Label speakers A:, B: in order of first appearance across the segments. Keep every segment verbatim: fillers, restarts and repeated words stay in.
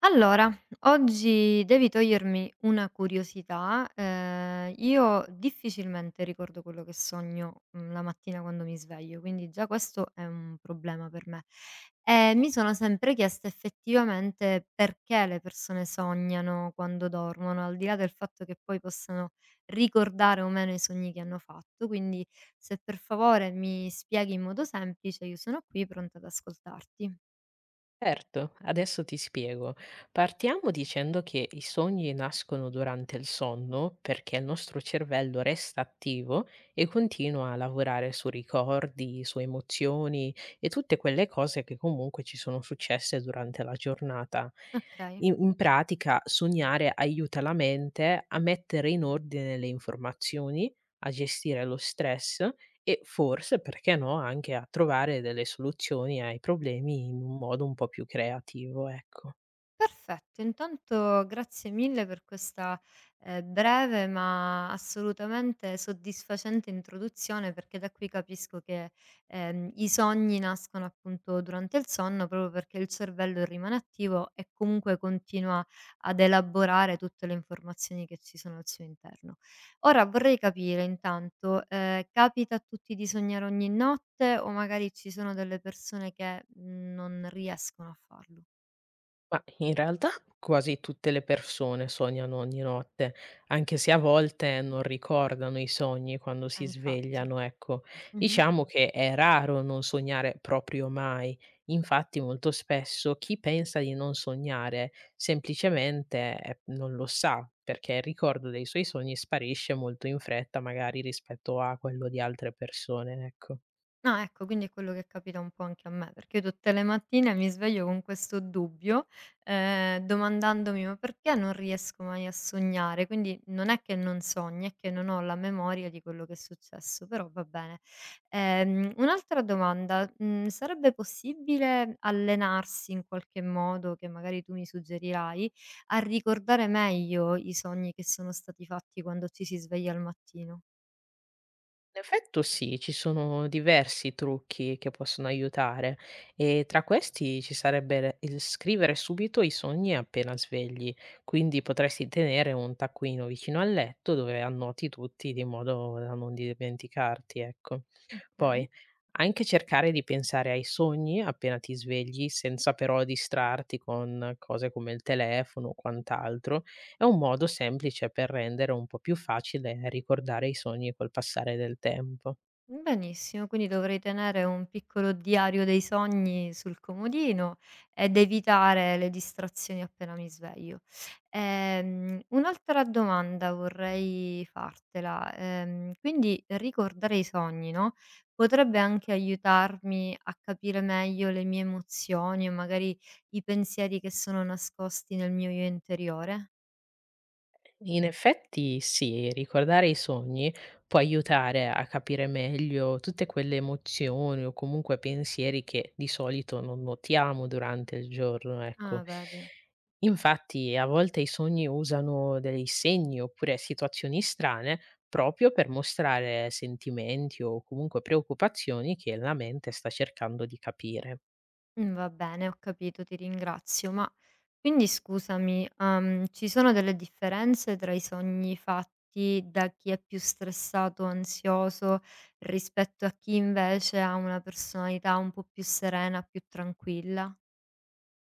A: Allora, oggi devi togliermi una curiosità. Ehm, io difficilmente ricordo quello che sogno, mhmm, la mattina quando mi sveglio, quindi già questo è un problema per me. E mi sono sempre chiesta effettivamente perché le persone sognano quando dormono, al di là del fatto che poi possano ricordare o meno i sogni che hanno fatto. Quindi se per favore mi spieghi in modo semplice, io sono qui pronta ad ascoltarti.
B: Certo, adesso ti spiego. Partiamo dicendo che i sogni nascono durante il sonno perché il nostro cervello resta attivo e continua a lavorare su ricordi, su emozioni e tutte quelle cose che comunque ci sono successe durante la giornata.
A: Okay.
B: In, in pratica, sognare aiuta la mente a mettere in ordine le informazioni, a gestire lo stress e forse, perché no, anche a trovare delle soluzioni ai problemi in un modo un po' più creativo, ecco.
A: Perfetto, intanto grazie mille per questa eh, breve ma assolutamente soddisfacente introduzione perché da qui capisco che ehm, i sogni nascono appunto durante il sonno proprio perché il cervello rimane attivo e comunque continua ad elaborare tutte le informazioni che ci sono al suo interno. Ora vorrei capire intanto, eh, capita a tutti di sognare ogni notte o magari ci sono delle persone che mm, non riescono a farlo?
B: Ma in realtà quasi tutte le persone sognano ogni notte, anche se a volte non ricordano i sogni quando
A: Eh,
B: si
A: infatti.
B: svegliano, ecco.
A: Mh-mh.
B: Diciamo che è raro non sognare proprio mai. Infatti, molto spesso chi pensa di non sognare semplicemente eh, non lo sa, perché il ricordo dei suoi sogni sparisce molto in fretta, magari rispetto a quello di altre persone, ecco.
A: No, ecco, quindi è quello che capita un po' anche a me, perché io tutte le mattine mi sveglio con questo dubbio, ehm, domandandomi: "Ma perché non riesco mai a sognare?" Quindi non è che non sogni, è che non ho la memoria di quello che è successo, però va bene. Ehm, un'altra domanda: mhmm, sarebbe possibile allenarsi in qualche modo, che magari tu mi suggerirai, a ricordare meglio i sogni che sono stati fatti quando ci si sveglia al mattino?
B: In effetto sì, ci sono diversi trucchi che possono aiutare e tra questi ci sarebbe il scrivere subito i sogni appena svegli, quindi potresti tenere un taccuino vicino al letto dove annoti tutti di modo da non dimenticarti, ecco.
A: Okay.
B: Poi, anche cercare di pensare ai sogni appena ti svegli, senza però distrarti con cose come il telefono o quant'altro, è un modo semplice per rendere un po' più facile ricordare i sogni col passare del tempo.
A: Benissimo, quindi dovrei tenere un piccolo diario dei sogni sul comodino ed evitare le distrazioni appena mi sveglio. Ehm, un'altra domanda vorrei fartela. Ehm, quindi ricordare i sogni, no? Potrebbe anche aiutarmi a capire meglio le mie emozioni o magari i pensieri che sono nascosti nel mio io interiore?
B: In effetti sì, ricordare i sogni può aiutare a capire meglio tutte quelle emozioni o comunque pensieri che di solito non notiamo durante il giorno, ecco.
A: Ah, vedi.
B: Infatti, a volte i sogni usano dei segni oppure situazioni strane proprio per mostrare sentimenti o comunque preoccupazioni che la mente sta cercando di capire.
A: Mm, Va bene, ho capito, ti ringrazio. Ma Quindi scusami, uhm, ci sono delle differenze tra i sogni fatti da chi è più stressato, ansioso, rispetto a chi invece ha una personalità un po' più serena, più tranquilla?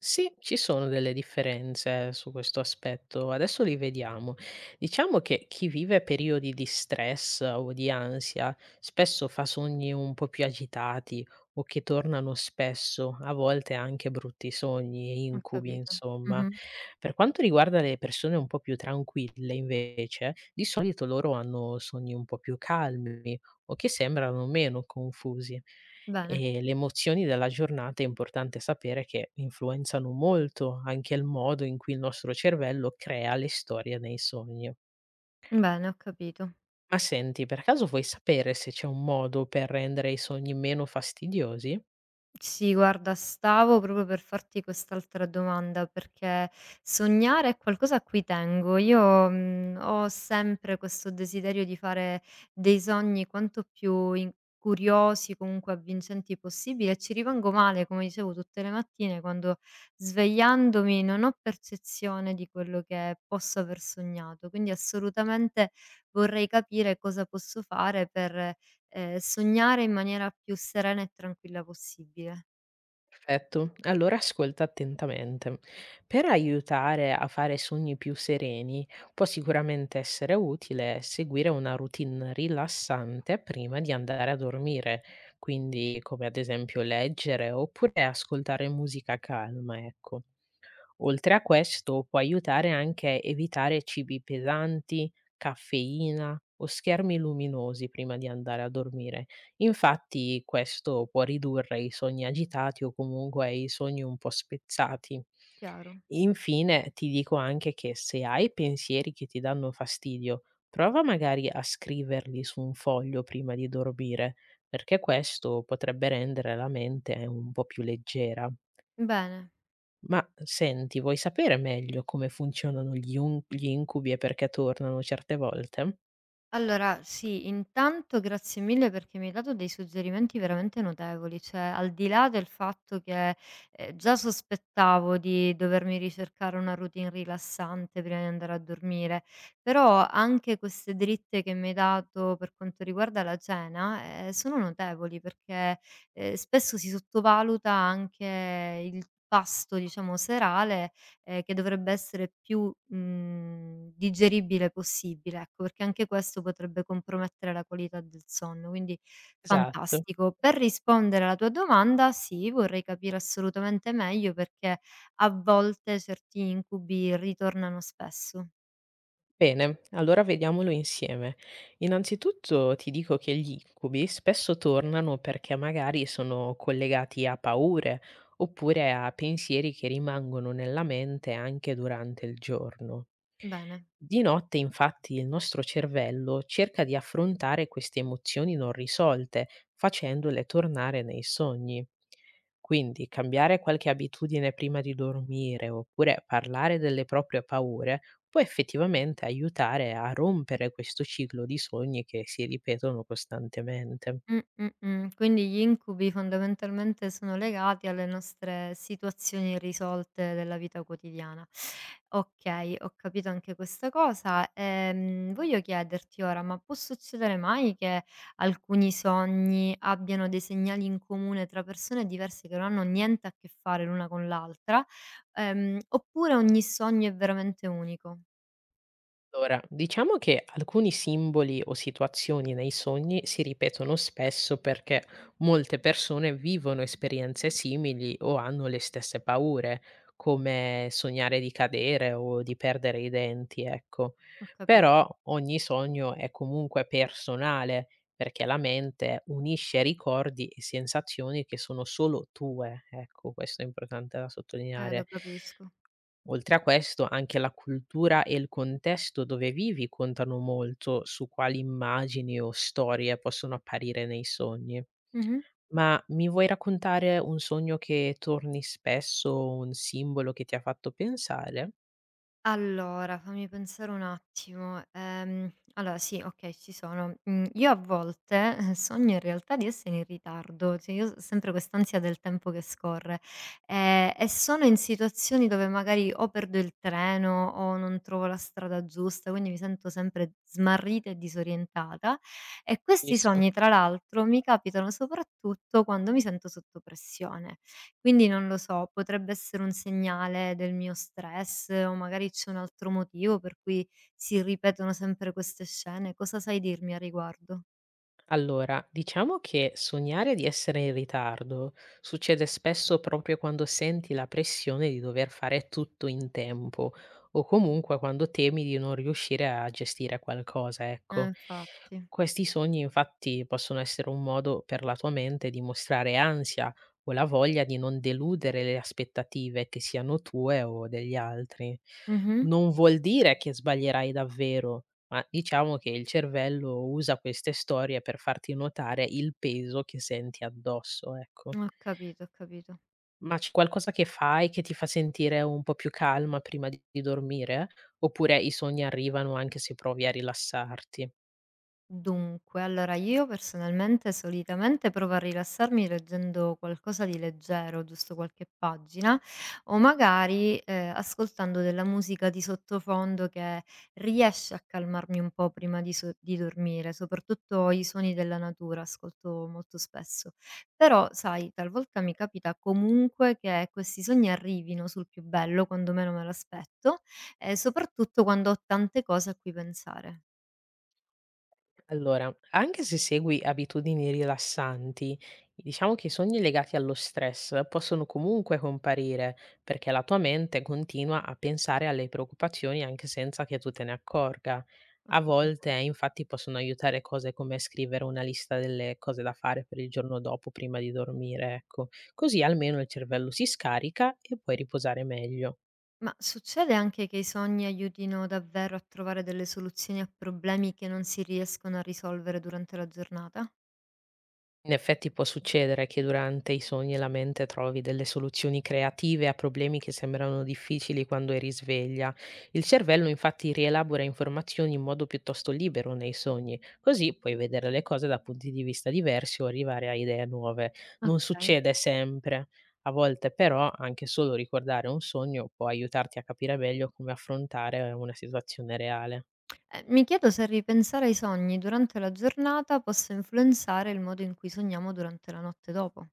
B: Sì, ci sono delle differenze su questo aspetto, adesso li vediamo. Diciamo che chi vive periodi di stress o di ansia spesso fa sogni un po' più agitati o che tornano spesso, a volte anche brutti sogni e
A: Ho
B: incubi,
A: capito.
B: insomma.
A: Mh-mh.
B: Per quanto riguarda le persone un po' più tranquille, invece, di solito loro hanno sogni un po' più calmi o che sembrano meno confusi.
A: Bene,
B: E le emozioni della giornata è importante sapere che influenzano molto anche il modo in cui il nostro cervello crea le storie nei sogni.
A: bene, ho capito.
B: Ma senti, per caso vuoi sapere se c'è un modo per rendere i sogni meno fastidiosi?
A: Sì, guarda, stavo proprio per farti quest'altra domanda, perché sognare è qualcosa a cui tengo. Io, mhmm, ho sempre questo desiderio di fare dei sogni quanto più in curiosi, comunque avvincenti possibile e ci rimango male, come dicevo, tutte le mattine quando svegliandomi non ho percezione di quello che posso aver sognato. Quindi assolutamente vorrei capire cosa posso fare per ehm, sognare in maniera più serena e tranquilla possibile.
B: Perfetto, allora ascolta attentamente. Per aiutare a fare sogni più sereni, può sicuramente essere utile seguire una routine rilassante prima di andare a dormire, quindi come ad esempio leggere oppure ascoltare musica calma, ecco. Oltre a questo, può aiutare anche a evitare cibi pesanti, caffeina o schermi luminosi prima di andare a dormire. Infatti, questo può ridurre i sogni agitati o comunque i sogni un po' spezzati.
A: Chiaro.
B: Infine, ti dico anche che se hai pensieri che ti danno fastidio, prova magari a scriverli su un foglio prima di dormire, perché questo potrebbe rendere la mente un po' più leggera.
A: Bene,
B: Ma senti, vuoi sapere meglio come funzionano gli un gli incubi e perché tornano certe volte?
A: allora sì, intanto grazie mille perché mi hai dato dei suggerimenti veramente notevoli, cioè al di là del fatto che, ehm, già sospettavo di dovermi ricercare una routine rilassante prima di andare a dormire, però anche queste dritte che mi hai dato per quanto riguarda la cena, ehm, sono notevoli perché, ehm, spesso si sottovaluta anche il pasto, diciamo, serale ehm, che dovrebbe essere più, mhmm, digeribile possibile, ecco, perché anche questo potrebbe compromettere la qualità del sonno, quindi
B: Esatto.
A: fantastico. Per rispondere alla tua domanda, sì, vorrei capire assolutamente meglio perché a volte certi incubi ritornano spesso.
B: Bene, allora vediamolo insieme. Innanzitutto ti dico che gli incubi spesso tornano perché magari sono collegati a paure oppure a pensieri che rimangono nella mente anche durante il giorno.
A: Bene.
B: Di notte, infatti, il nostro cervello cerca di affrontare queste emozioni non risolte, facendole tornare nei sogni. Quindi cambiare qualche abitudine prima di dormire oppure parlare delle proprie paure può effettivamente aiutare a rompere questo ciclo di sogni che si ripetono costantemente.
A: Mh, mh, mh. Quindi gli incubi fondamentalmente sono legati alle nostre situazioni irrisolte della vita quotidiana. Okay, ho capito anche questa cosa. Ehm, voglio chiederti ora, ma può succedere mai che alcuni sogni abbiano dei segnali in comune tra persone diverse che non hanno niente a che fare l'una con l'altra, ehm, oppure ogni sogno è veramente unico?
B: Allora, diciamo che alcuni simboli o situazioni nei sogni si ripetono spesso perché molte persone vivono esperienze simili o hanno le stesse paure, come sognare di cadere o di perdere i denti, ecco.
A: Ho capito.
B: Però ogni sogno è comunque personale perché la mente unisce ricordi e sensazioni che sono solo tue, ecco, questo è importante da
A: Eh,
B: sottolineare.
A: lo capisco.
B: Oltre a questo, anche la cultura e il contesto dove vivi contano molto su quali immagini o storie possono apparire nei sogni.
A: Mh-mh.
B: Ma mi vuoi raccontare un sogno che torni spesso, un simbolo che ti ha fatto pensare?
A: Allora, fammi pensare un attimo. Ehm, allora sì, okay, ci sono. Mhmm, io a volte eh, sogno in realtà di essere in ritardo, cioè io ho sempre quest'ansia del tempo che scorre, ehm, e sono in situazioni dove magari o perdo il treno o non trovo la strada giusta, quindi mi sento sempre smarrita e disorientata e questi
B: Capisco.
A: sogni tra l'altro mi capitano soprattutto quando mi sento sotto pressione. Quindi non lo so, potrebbe essere un segnale del mio stress o magari c'è un altro motivo per cui si ripetono sempre queste scene. Cosa sai dirmi a riguardo?
B: Allora, diciamo che sognare di essere in ritardo succede spesso proprio quando senti la pressione di dover fare tutto in tempo o comunque quando temi di non riuscire a gestire qualcosa,
A: Eh,
B: ecco.
A: infatti.
B: Questi sogni infatti possono essere un modo per la tua mente di mostrare ansia o la voglia di non deludere le aspettative che siano tue o degli altri.
A: Mh-mh.
B: Non vuol dire che sbaglierai davvero, ma diciamo che il cervello usa queste storie per farti notare il peso che senti addosso, ecco.
A: Ho capito, ho capito.
B: Ma c'è qualcosa che fai che ti fa sentire un po' più calma prima di di dormire? Oppure i sogni arrivano anche se provi a rilassarti?
A: Dunque, allora io personalmente solitamente provo a rilassarmi leggendo qualcosa di leggero, giusto qualche pagina, o magari eh, ascoltando della musica di sottofondo che riesce a calmarmi un po' prima di, so- di dormire, soprattutto i suoni della natura ascolto molto spesso. Però, sai, talvolta mi capita comunque che questi sogni arrivino sul più bello quando meno me l'aspetto, e soprattutto quando ho tante cose a cui pensare.
B: Allora, anche se segui abitudini rilassanti, diciamo che i sogni legati allo stress possono comunque comparire perché la tua mente continua a pensare alle preoccupazioni anche senza che tu te ne accorga.
A: Ho
B: A volte,
A: capito.
B: eh, infatti, possono aiutare cose come scrivere una lista delle cose da fare per il giorno dopo prima di dormire, ecco. Così almeno il cervello si scarica e puoi riposare meglio.
A: Ma succede anche che i sogni aiutino davvero a trovare delle soluzioni a problemi che non si riescono a risolvere durante la giornata?
B: In effetti può succedere che durante i sogni la mente trovi delle soluzioni creative a problemi che sembrano difficili quando è risveglia. Il cervello infatti rielabora informazioni in modo piuttosto libero nei sogni, così puoi vedere le cose da punti di vista diversi o arrivare a idee nuove. Non
A: Ok.
B: succede sempre. A volte però anche solo ricordare un sogno può aiutarti a capire meglio come affrontare una situazione reale.
A: Eh, mi chiedo se ripensare ai sogni durante la giornata possa influenzare il modo in cui sogniamo durante la notte dopo.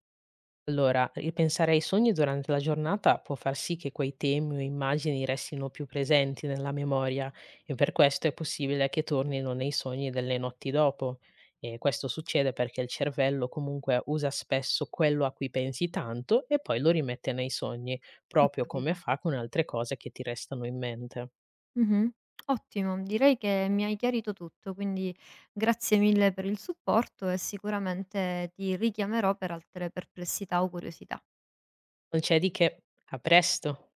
B: Allora, ripensare ai sogni durante la giornata può far sì che quei temi o immagini restino più presenti nella memoria e per questo è possibile che tornino nei sogni delle notti dopo. E questo succede perché il cervello comunque usa spesso quello a cui pensi tanto e poi lo rimette nei sogni,
A: Ho
B: proprio come
A: capito.
B: fa con altre cose che ti restano in mente.
A: Mhm. Ottimo, direi che mi hai chiarito tutto, quindi grazie mille per il supporto e sicuramente ti richiamerò per altre perplessità o curiosità.
B: Non c'è di che. A presto!